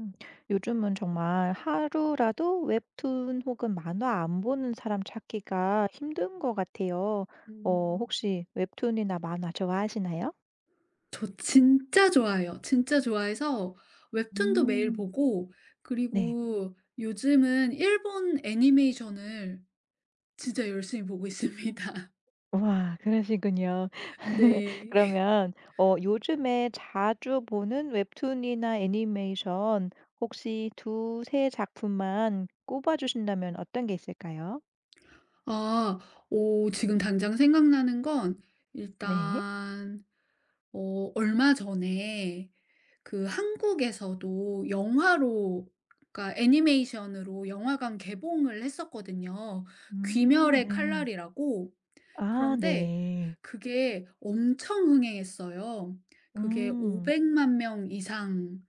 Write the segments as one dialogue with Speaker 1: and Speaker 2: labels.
Speaker 1: 음. 요즘은 정말 하루라도 웹툰 혹은 만화 안 보는 사람 찾기가 힘든 것 같아요.
Speaker 2: 음.
Speaker 1: 혹시 웹툰이나 만화 좋아하시나요?
Speaker 2: 저 진짜 좋아해요. 진짜 좋아해서 웹툰도 매일
Speaker 1: 음.
Speaker 2: 보고,
Speaker 1: 네.
Speaker 2: 그리고 요즘은 일본 애니메이션을 진짜 열심히 보고 있습니다.
Speaker 1: 와, 그러시군요.
Speaker 2: 네.
Speaker 1: 그러면 요즘에 자주 보는 웹툰이나 애니메이션 혹시 두, 세 작품만 꼽아 주신다면 어떤 게 있을까요?
Speaker 2: 아 오 지금 당장 생각나는 건
Speaker 1: 네.
Speaker 2: 일단 얼마 전에 그 한국에서도 영화로, 그러니까 애니메이션으로 영화관 개봉을 했었거든요.
Speaker 1: 음.
Speaker 2: 귀멸의
Speaker 1: 네.
Speaker 2: 칼날이라고.
Speaker 1: 아,
Speaker 2: 그런데
Speaker 1: 네.
Speaker 2: 그게 엄청 흥행했어요. 그게
Speaker 1: 음.
Speaker 2: 500만 명 이상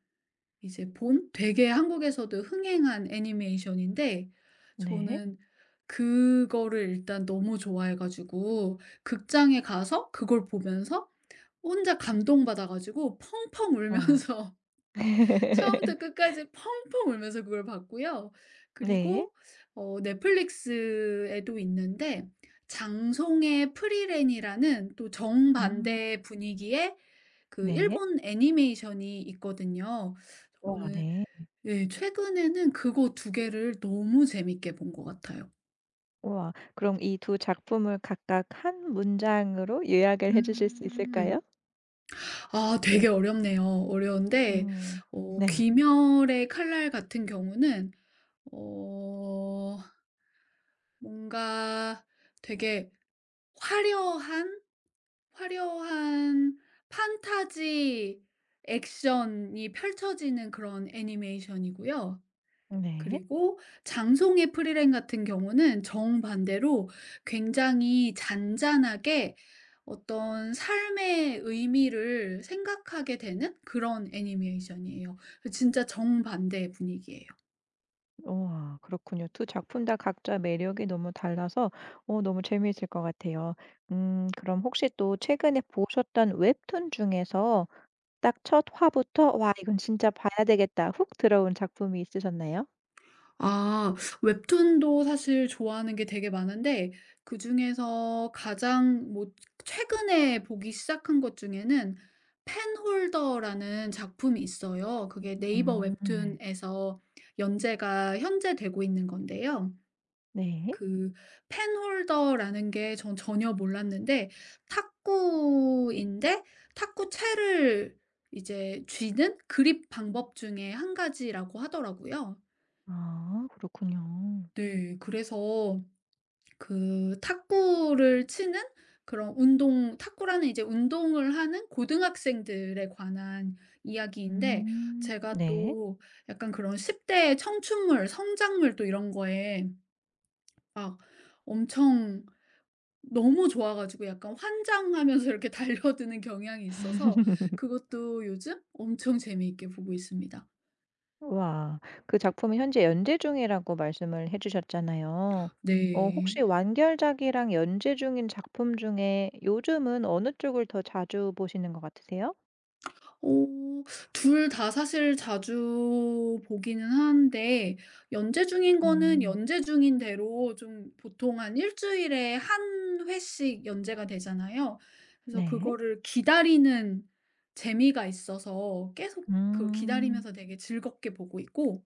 Speaker 2: 이제 본, 되게 한국에서도 흥행한 애니메이션인데
Speaker 1: 네.
Speaker 2: 저는 그거를 일단 너무 좋아해 가지고 극장에 가서 그걸 보면서 혼자 감동받아 가지고 펑펑
Speaker 1: 와.
Speaker 2: 울면서 처음부터 끝까지 펑펑 울면서 그걸 봤고요.
Speaker 1: 네.
Speaker 2: 그리고 넷플릭스에도 있는데 장송의 프리랜이라는 또
Speaker 1: 음.
Speaker 2: 정반대 분위기의 그
Speaker 1: 네.
Speaker 2: 일본 애니메이션이 있거든요.
Speaker 1: 와,
Speaker 2: 저는,
Speaker 1: 네.
Speaker 2: 예, 최근에는 그거 두 개를 너무 재밌게 본 것 같아요.
Speaker 1: 와, 그럼 이 두 작품을 각각 한 문장으로 요약을 해 주실 수
Speaker 2: 음.
Speaker 1: 있을까요?
Speaker 2: 아, 되게 어렵네요. 어려운데
Speaker 1: 음. 네.
Speaker 2: 귀멸의 칼날 같은 경우는 어 뭔가 되게 화려한, 화려한 판타지 액션이 펼쳐지는 그런 애니메이션이고요.
Speaker 1: 네.
Speaker 2: 그리고 장송의 프리랜 같은 경우는 정반대로 굉장히 잔잔하게 어떤 삶의 의미를 생각하게 되는 그런 애니메이션이에요. 진짜 정반대의 분위기예요.
Speaker 1: 우와, 그렇군요. 두 작품 다 각자 매력이 너무 달라서 너무 재미있을 것 같아요. 음, 그럼 혹시 또 최근에 보셨던 웹툰 중에서 딱 첫 화부터 '와, 이건 진짜 봐야 되겠다.' 훅 들어온 작품이 있으셨나요?
Speaker 2: 아, 웹툰도 사실 좋아하는 게 되게 많은데, 그중에서 가장 뭐 최근에 보기 시작한 것 중에는 펜홀더라는 작품이 있어요. 그게 네이버
Speaker 1: 음, 네.
Speaker 2: 웹툰에서 연재가 현재 되고 있는 건데요.
Speaker 1: 네.
Speaker 2: 그 펜홀더라는 게 전 전혀 몰랐는데, 탁구인데 탁구 채를 이제 쥐는 그립 방법 중에 한 가지라고 하더라고요.
Speaker 1: 아, 그렇군요.
Speaker 2: 네. 그래서 그 탁구를 치는 그런 운동, 탁구라는 이제 운동을 하는 고등학생들에 관한 이야기인데,
Speaker 1: 음,
Speaker 2: 제가
Speaker 1: 네.
Speaker 2: 또 약간 그런 10 대의 청춘물, 성장물, 또 이런 거에 막 엄청 너무 좋아 가지고 약간 환장하면서 이렇게 달려드는 경향이 있어서 그것도 요즘 엄청 재미있게 보고 있습니다.
Speaker 1: 와. 그 작품은 현재 연재 중이라고 말씀을 해 주셨잖아요.
Speaker 2: 네.
Speaker 1: 혹시 완결작이랑 연재 중인 작품 중에 요즘은 어느 쪽을 더 자주 보시는 것 같으세요?
Speaker 2: 어 둘 다 사실 자주 보기는 하는데, 연재 중인 거는
Speaker 1: 음.
Speaker 2: 연재 중인 대로 좀 보통 한 일 주일에 한 회씩 연재가 되잖아요. 그래서
Speaker 1: 네.
Speaker 2: 그거를 기다리는 재미가 있어서 계속 그
Speaker 1: 음.
Speaker 2: 기다리면서 되게 즐겁게 보고 있고,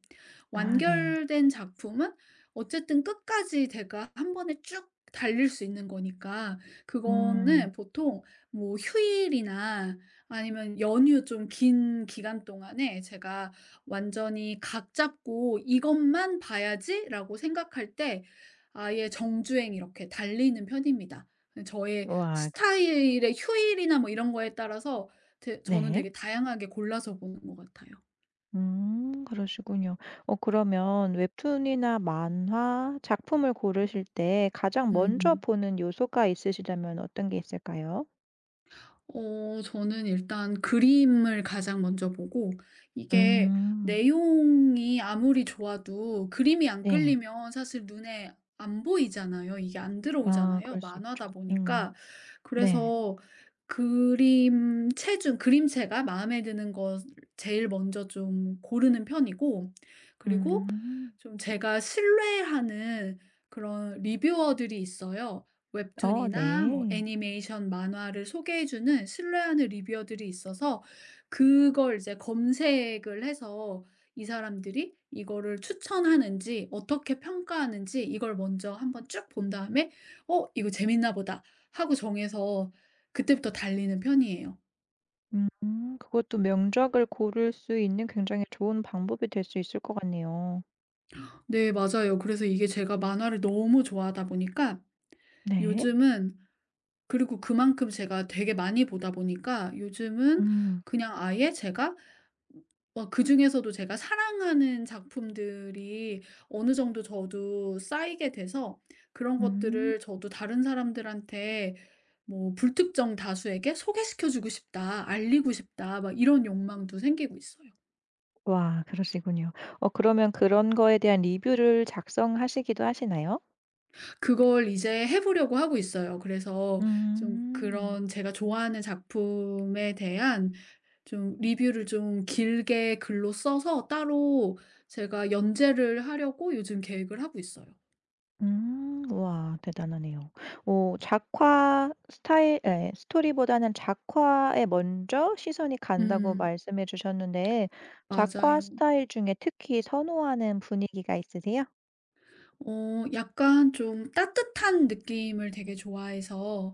Speaker 1: 아, 네.
Speaker 2: 완결된 작품은 어쨌든 끝까지 제가 한 번에 쭉 달릴 수 있는 거니까 그거는
Speaker 1: 음.
Speaker 2: 보통 뭐 휴일이나 아니면 연휴 좀 긴 기간 동안에 제가 완전히 각 잡고 '이것만 봐야지.'라고 생각할 때 아예 정주행 이렇게 달리는 편입니다. 그 저의
Speaker 1: 와.
Speaker 2: 스타일의 휴일이나 뭐 이런 거에 따라서 되 저는
Speaker 1: 네.
Speaker 2: 되게 다양하게 골라서 보는 것 같아요.
Speaker 1: 음, 그러시군요. 그러면 웹툰이나 만화 작품을 고르실 때 가장 먼저
Speaker 2: 음음.
Speaker 1: 보는 요소가 있으시다면 어떤 게 있을까요?
Speaker 2: 저는 일단 그림을 가장 먼저 보고, 이게
Speaker 1: 음.
Speaker 2: 내용이 아무리 좋아도 그림이 안
Speaker 1: 네.
Speaker 2: 끌리면 사실 눈에 안 보이잖아요. 이게 안
Speaker 1: 아,
Speaker 2: 들어오잖아요,
Speaker 1: 그럴 수 있죠.
Speaker 2: 만화다
Speaker 1: 음.
Speaker 2: 보니까.
Speaker 1: 네.
Speaker 2: 그래서 그림체가 마음에 드는 것 제일 먼저 좀 고르는 편이고, 그리고
Speaker 1: 음.
Speaker 2: 좀 제가 신뢰하는 그런 리뷰어들이 있어요.
Speaker 1: 어,
Speaker 2: 웹툰이나 뭐
Speaker 1: 네.
Speaker 2: 애니메이션 만화를 소개해 주는 신뢰하는 리뷰어들이 있어서 그걸 이제 검색을 해서 이 사람들이 이거를 추천하는지 어떻게 평가하는지 이걸 먼저 한번 쭉 본 다음에 이거 재밌나 보다.' 하고 정해서 그때부터 달리는 편이에요.
Speaker 1: 음, 그것도 명작을 고를 수 있는 굉장히 좋은 방법이 될 수 있을 것 같네요.
Speaker 2: 네, 맞아요. 그래서 이게 제가 만화를 너무 좋아하다 보니까
Speaker 1: 네.
Speaker 2: 요즘은, 그리고 그만큼 제가 되게 많이 보다 보니까 요즘은
Speaker 1: 음.
Speaker 2: 그냥 아예 제가 막 그중에서도 제가 사랑하는 작품들이 어느 정도 저도 쌓이게 돼서 그런
Speaker 1: 음.
Speaker 2: 것들을 저도 다른 사람들한테 뭐 '불특정 다수에게 소개시켜 주고 싶다. 알리고 싶다.' 막 이런 욕망도 생기고 있어요.
Speaker 1: 와, 그러시군요. 그러면 그런 거에 대한 리뷰를 작성하시기도 하시나요?
Speaker 2: 그걸 이제 해 보려고 하고 있어요. 그래서 좀
Speaker 1: 음.
Speaker 2: 그런 제가 좋아하는 작품에 대한 좀 리뷰를 좀 길게 글로 써서 따로 제가 연재를 하려고 요즘 계획을 하고 있어요.
Speaker 1: 음. 와, 대단하네요. 오, 작화 스타일 에 스토리보다는 작화에 먼저 시선이 간다고
Speaker 2: 음.
Speaker 1: 말씀해 주셨는데 작화
Speaker 2: 맞아요.
Speaker 1: 스타일 중에 특히 선호하는 분위기가 있으세요?
Speaker 2: 약간 좀 따뜻한 느낌을 되게 좋아해서,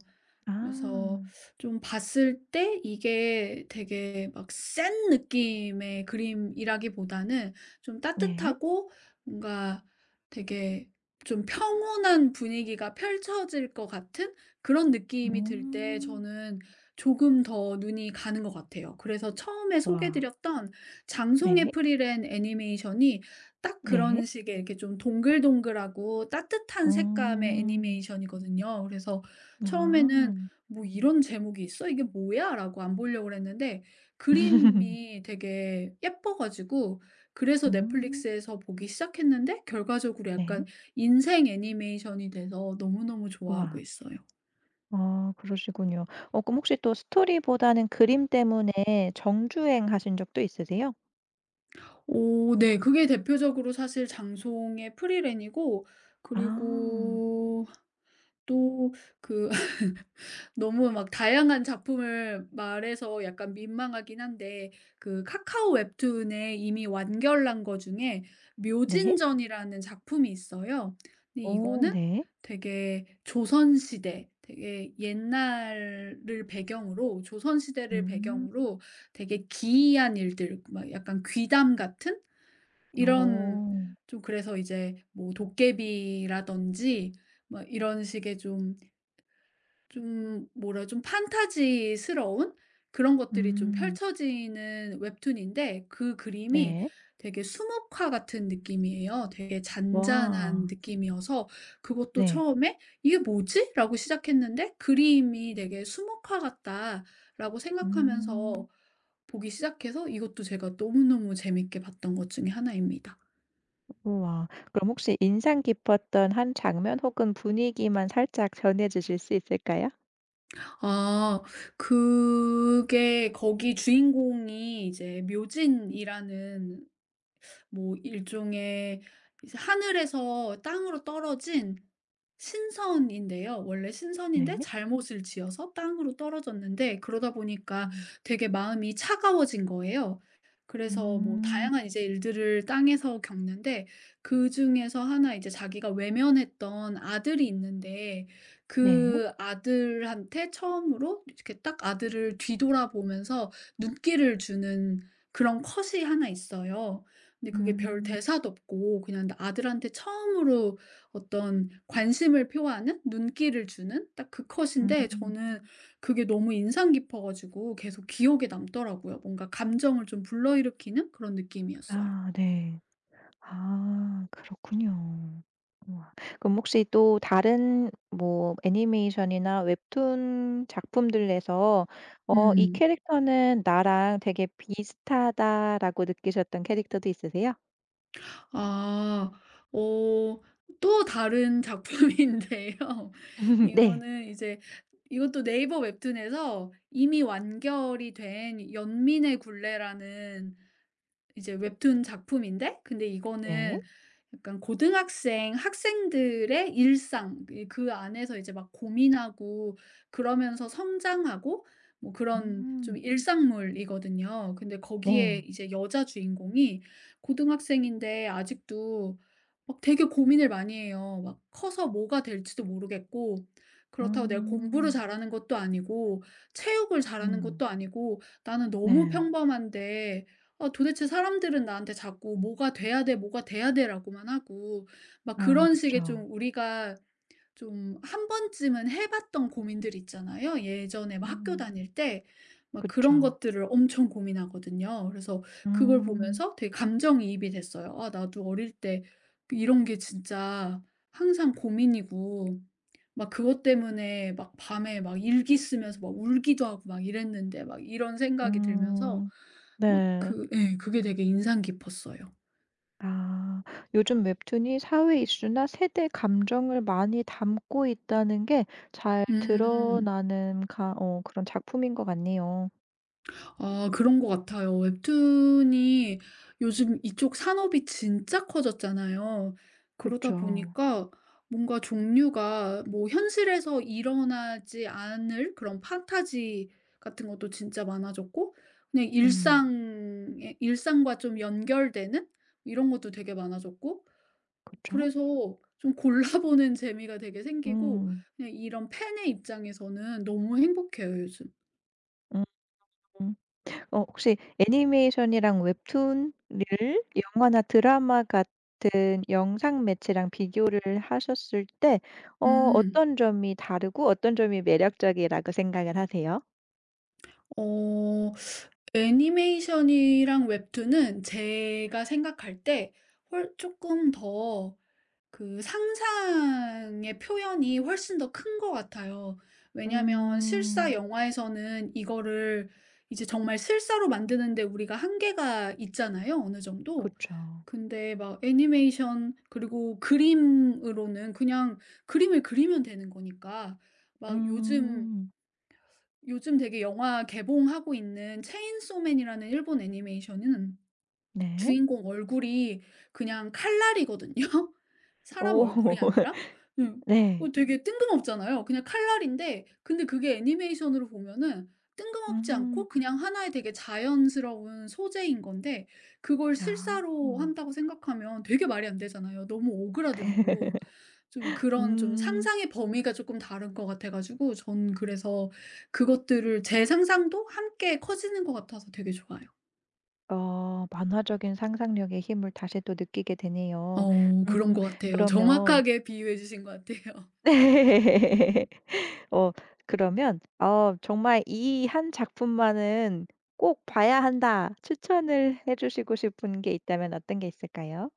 Speaker 2: 그래서
Speaker 1: 아.
Speaker 2: 좀 봤을 때 이게 되게 막 센 느낌의 그림이라기보다는 좀
Speaker 1: 네.
Speaker 2: 따뜻하고 뭔가 되게 좀 평온한 분위기가 펼쳐질 것 같은 그런 느낌이 들 때
Speaker 1: 음.
Speaker 2: 저는 조금 더 눈이 가는 것 같아요. 그래서 처음에
Speaker 1: 와.
Speaker 2: 소개드렸던 장송의
Speaker 1: 네.
Speaker 2: 프리랜 애니메이션이 딱
Speaker 1: 네.
Speaker 2: 그런 식의 이렇게 좀 동글동글하고 따뜻한 색감의
Speaker 1: 음.
Speaker 2: 애니메이션이거든요. 그래서 처음에는
Speaker 1: 아.
Speaker 2: '뭐 이런 제목이 있어? 이게 뭐야?'라고 안 보려고 그랬는데 그림이 되게 예뻐 가지고 그래서
Speaker 1: 음.
Speaker 2: 넷플릭스에서 보기 시작했는데 결과적으로
Speaker 1: 네.
Speaker 2: 약간 인생 애니메이션이 돼서 너무너무 좋아하고
Speaker 1: 와.
Speaker 2: 있어요.
Speaker 1: 아, 그러시군요. 그럼 혹시 또 스토리보다는 그림 때문에 정주행 하신 적도 있으세요?
Speaker 2: 오 네. 그게 대표적으로 사실 장송의 프리랜이고,
Speaker 1: 아,
Speaker 2: 그리고 또 그 너무 막 다양한 작품을 말해서 약간 민망하긴 한데, 그 카카오 웹툰에 이미 완결난 거 중에
Speaker 1: 네.
Speaker 2: 묘진전이라는 작품이 있어요. 근데
Speaker 1: 오,
Speaker 2: 이거는
Speaker 1: 네.
Speaker 2: 되게 옛날을 배경으로, 조선 시대를
Speaker 1: 음.
Speaker 2: 배경으로 되게 기이한 일들, 막 약간 귀담 같은 이런,
Speaker 1: 오,
Speaker 2: 좀 그래서 이제 뭐 도깨비라든지 막 이런 식의 좀, 좀 뭐라, 좀 판타지스러운 그런 것들이 좀
Speaker 1: 음.
Speaker 2: 펼쳐지는 웹툰인데 그 그림이
Speaker 1: 네.
Speaker 2: 되게 수묵화 같은 느낌이에요. 되게 잔잔한
Speaker 1: 와.
Speaker 2: 느낌이어서 그것도
Speaker 1: 네.
Speaker 2: 처음에 '이게 뭐지?' 라고 시작했는데 그림이 되게 '수묵화 같다.'라고
Speaker 1: 음.
Speaker 2: 생각하면서 보기 시작해서 이것도 제가 너무너무 재밌게 봤던 것 중에 하나입니다.
Speaker 1: 우와. 그럼 혹시 인상 깊었던 한 장면 혹은 분위기만 살짝 전해 주실 수 있을까요?
Speaker 2: 아, 그게 거기 주인공이 이제 묘진이라는 뭐 일종의 이제 하늘에서 땅으로 떨어진 신선인데요. 원래
Speaker 1: 네.
Speaker 2: 신선인데 잘못을 지어서 땅으로 떨어졌는데 그러다 보니까
Speaker 1: 음.
Speaker 2: 되게 마음이 차가워진 거예요. 그래서 뭐
Speaker 1: 음.
Speaker 2: 다양한 이제 일들을 땅에서 겪는데 그중에서 하나 이제 자기가 외면했던 아들이 있는데
Speaker 1: 네.
Speaker 2: 그 아들한테 처음으로 이렇게 딱 아들을 뒤돌아보면서 눈길을 주는 그런 컷이 하나 있어요. 근데 그게 별
Speaker 1: 음.
Speaker 2: 대사도 없고 그냥 아들한테 처음으로 어떤 관심을 표하는 눈길을 주는 딱 그 컷인데,
Speaker 1: 음.
Speaker 2: 저는 그게 너무 인상 깊어 가지고 계속 기억에 남더라고요. 뭔가 감정을 좀 불러일으키는 그런 느낌이었어요.
Speaker 1: 아, 네. 아, 그렇군요. 우와. 그럼 혹시 또 다른 뭐 애니메이션이나 웹툰 작품들에서 '이
Speaker 2: 음.
Speaker 1: 캐릭터는 나랑 되게 비슷하다.'라고 느끼셨던 캐릭터도 있으세요?
Speaker 2: 아. 어 또 다른 작품인데요.
Speaker 1: 네.
Speaker 2: 이거는 이제, 이것도 네이버 웹툰에서 이미 완결이 된 연민의 굴레라는 이제 웹툰 작품인데, 근데
Speaker 1: 네.
Speaker 2: 이거는 약간 고등학생 학생들의 일상, 이 그 안에서 이제 막 고민하고 그러면서 성장하고 뭐 그런 좀
Speaker 1: 음.
Speaker 2: 일상물이거든요. 근데 거기에
Speaker 1: 네.
Speaker 2: 이제 여자 주인공이 고등학생인데 아직도 막 되게 고민을 많이 해요. 막 커서 뭐가 될지도 모르겠고 그렇다고 내가 공부를
Speaker 1: 음.
Speaker 2: 잘하는 것도 아니고 체육을 잘하는
Speaker 1: 음.
Speaker 2: 것도 아니고 나는 너무
Speaker 1: 네.
Speaker 2: 평범한데 아 도대체 사람들은 나한테 자꾸 "뭐가 돼야 돼. 뭐가 돼야 돼."라고만 하고 막
Speaker 1: 아,
Speaker 2: 그런 식의
Speaker 1: 그쵸.
Speaker 2: 좀 우리가 좀 한 번쯤은 해 봤던 고민들 있잖아요. 예전에 막 학교
Speaker 1: 음.
Speaker 2: 다닐 때 막 그런
Speaker 1: 그쵸.
Speaker 2: 것들을 엄청 고민하거든요. 그래서 그걸
Speaker 1: 음.
Speaker 2: 보면서 되게 감정이입이 됐어요. '아, 나도 어릴 때 그 이런 게 진짜 항상 고민이고 막 그것 때문에 막 밤에 막 일기 쓰면서 막 울기도 하고 막 이랬는데.' 막 이런 생각이 들면서
Speaker 1: 음.
Speaker 2: 막
Speaker 1: 네.
Speaker 2: 그 예 그게 되게 인상 깊었어요.
Speaker 1: 아, 요즘 웹툰이 사회 이슈나 세대 감정을 많이 담고 있다는 게 잘
Speaker 2: 음.
Speaker 1: 드러나는 그런 작품인 것 같네요.
Speaker 2: 아 그런 것 같아요. 웹툰이 요즘 이쪽 산업이 진짜 커졌잖아요. 그러다
Speaker 1: 그쵸.
Speaker 2: 보니까 뭔가 종류가 뭐 현실에서 일어나지 않을 그런 판타지 같은 것도 진짜 많아졌고 그냥
Speaker 1: 음,
Speaker 2: 일상에 일상과 좀 연결되는 이런 것도 되게 많아졌고
Speaker 1: 그쵸.
Speaker 2: 그래서 좀 골라보는 재미가 되게 생기고
Speaker 1: 음,
Speaker 2: 그냥 이런 팬의 입장에서는 너무 행복해요, 요즘.
Speaker 1: 음. 음. 혹시 애니메이션이랑 웹툰을 영화나 드라마 같은 영상 매체랑 비교를 하셨을 때, 어,
Speaker 2: 음.
Speaker 1: 어떤 점이 다르고 어떤 점이 매력적이라고 생각을 하세요?
Speaker 2: 어 애니메이션이랑 웹툰은 제가 생각할 때 훨 쪼끔 더 그 상상의 표현이 훨씬 더 큰 것 같아요. 왜냐면 실사
Speaker 1: 음,
Speaker 2: 영화에서는 이거를 이제 정말 실사로 만드는데 우리가 한계가 있잖아요, 어느 정도.
Speaker 1: 그쵸.
Speaker 2: 근데 막 애니메이션 그리고 그림으로는 그냥 그림을 그리면 되는 거니까 막
Speaker 1: 음.
Speaker 2: 요즘 되게 영화 개봉하고 있는 체인소맨이라는 일본 애니메이션은
Speaker 1: 네.
Speaker 2: 주인공 얼굴이 그냥 칼날이거든요. 사람
Speaker 1: 오.
Speaker 2: 얼굴이 아니라, 음,
Speaker 1: 네.
Speaker 2: 되게 뜬금없잖아요. 그냥 칼날인데 근데 그게 애니메이션으로 보면은 뜬금없지 않고
Speaker 1: 음.
Speaker 2: 그냥 하나의 되게 자연스러운 소재인 건데 그걸
Speaker 1: 아.
Speaker 2: 실사로
Speaker 1: 음.
Speaker 2: 한다고 생각하면 되게 말이 안 되잖아요. 너무 오그라들고. 좀 그런 좀
Speaker 1: 음,
Speaker 2: 상상의 범위가 쪼끔 다른 것 같아 가지고 전 그래서 그것들을 제 상상도 함께 커지는 것 같아서 되게 좋아요.
Speaker 1: 어, 만화적인 상상력의 힘을 다시 또 느끼게 되네요.
Speaker 2: 어 그런
Speaker 1: 음,
Speaker 2: 것 같아요.
Speaker 1: 그러면
Speaker 2: 정확하게 비유해 주신 것 같아요.
Speaker 1: 어 그러면 어 정말 '이 한 작품만은 꼭 봐야 한다.' 추천을 해 주시고 싶은 게 있다면 어떤 게 있을까요?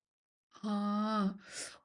Speaker 2: 아.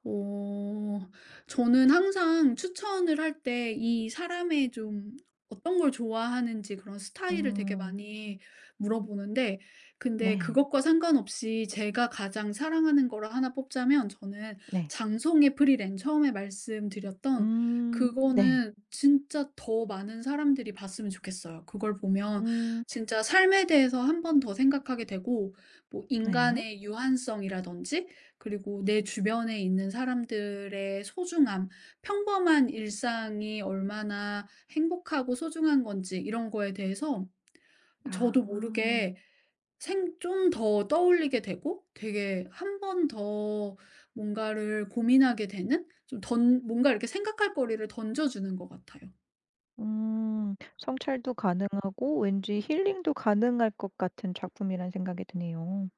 Speaker 2: 어 저는 항상 추천을 할 때 이 사람의 좀 어떤 걸 좋아하는지 그런 스타일을 되게
Speaker 1: 음.
Speaker 2: 많이 물어보는데, 근데
Speaker 1: 네.
Speaker 2: 그것과 상관없이 제가 가장 사랑하는 거를 하나 뽑자면 저는
Speaker 1: 네.
Speaker 2: 장송의 프리랜, 처음에 말씀드렸던
Speaker 1: 음. 네.
Speaker 2: 그거는 진짜 더 많은 사람들이 봤으면 좋겠어요. 그걸 보면
Speaker 1: 음.
Speaker 2: 진짜 삶에 대해서 한 번 더 생각하게 되고 뭐
Speaker 1: 네.
Speaker 2: 인간의 유한성이라든지 그리고 내 주변에 있는 사람들의 소중함, 평범한 일상이 얼마나 행복하고 소중한 건지 이런 거에 대해서 저도
Speaker 1: 아.
Speaker 2: 모르게 생 좀 더 떠올리게 되고 되게 한 번 더 뭔가를 고민하게 되는 좀 던 뭔가 이렇게 생각할 거리를 던져 주는 것 같아요.
Speaker 1: 음. 성찰도 가능하고 왠지 힐링도 가능할 것 같은 작품이라는 생각이 드네요.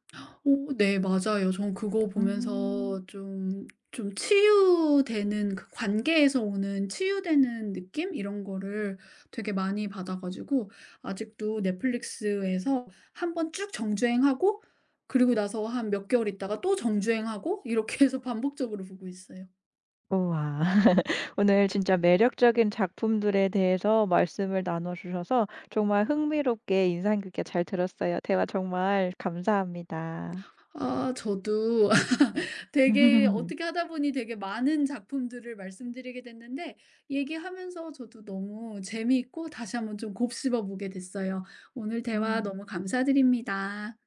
Speaker 2: 어 네 맞아요. 전 그거
Speaker 1: 음.
Speaker 2: 보면서 좀 치유되는, 그 관계에서 오는 치유되는 느낌 이런 거를 되게 많이 받아 가지고 아직도 넷플릭스에서 한 번 쭉 정주행하고 그리고 나서 한 몇 개월 있다가 또 정주행하고 이렇게 해서 반복적으로 보고 있어요.
Speaker 1: 우와. 오늘 진짜 매력적인 작품들에 대해서 말씀을 나눠 주셔서 정말 흥미롭게 인상 깊게 잘 들었어요. 대화 정말 감사합니다.
Speaker 2: 아 저도 되게 어떻게 하다 보니 되게 많은 작품들을 말씀드리게 됐는데 얘기하면서 저도 너무 재미있고 다시 한번 좀 곱씹어 보게 됐어요. 오늘 대화
Speaker 1: 음.
Speaker 2: 너무 감사드립니다.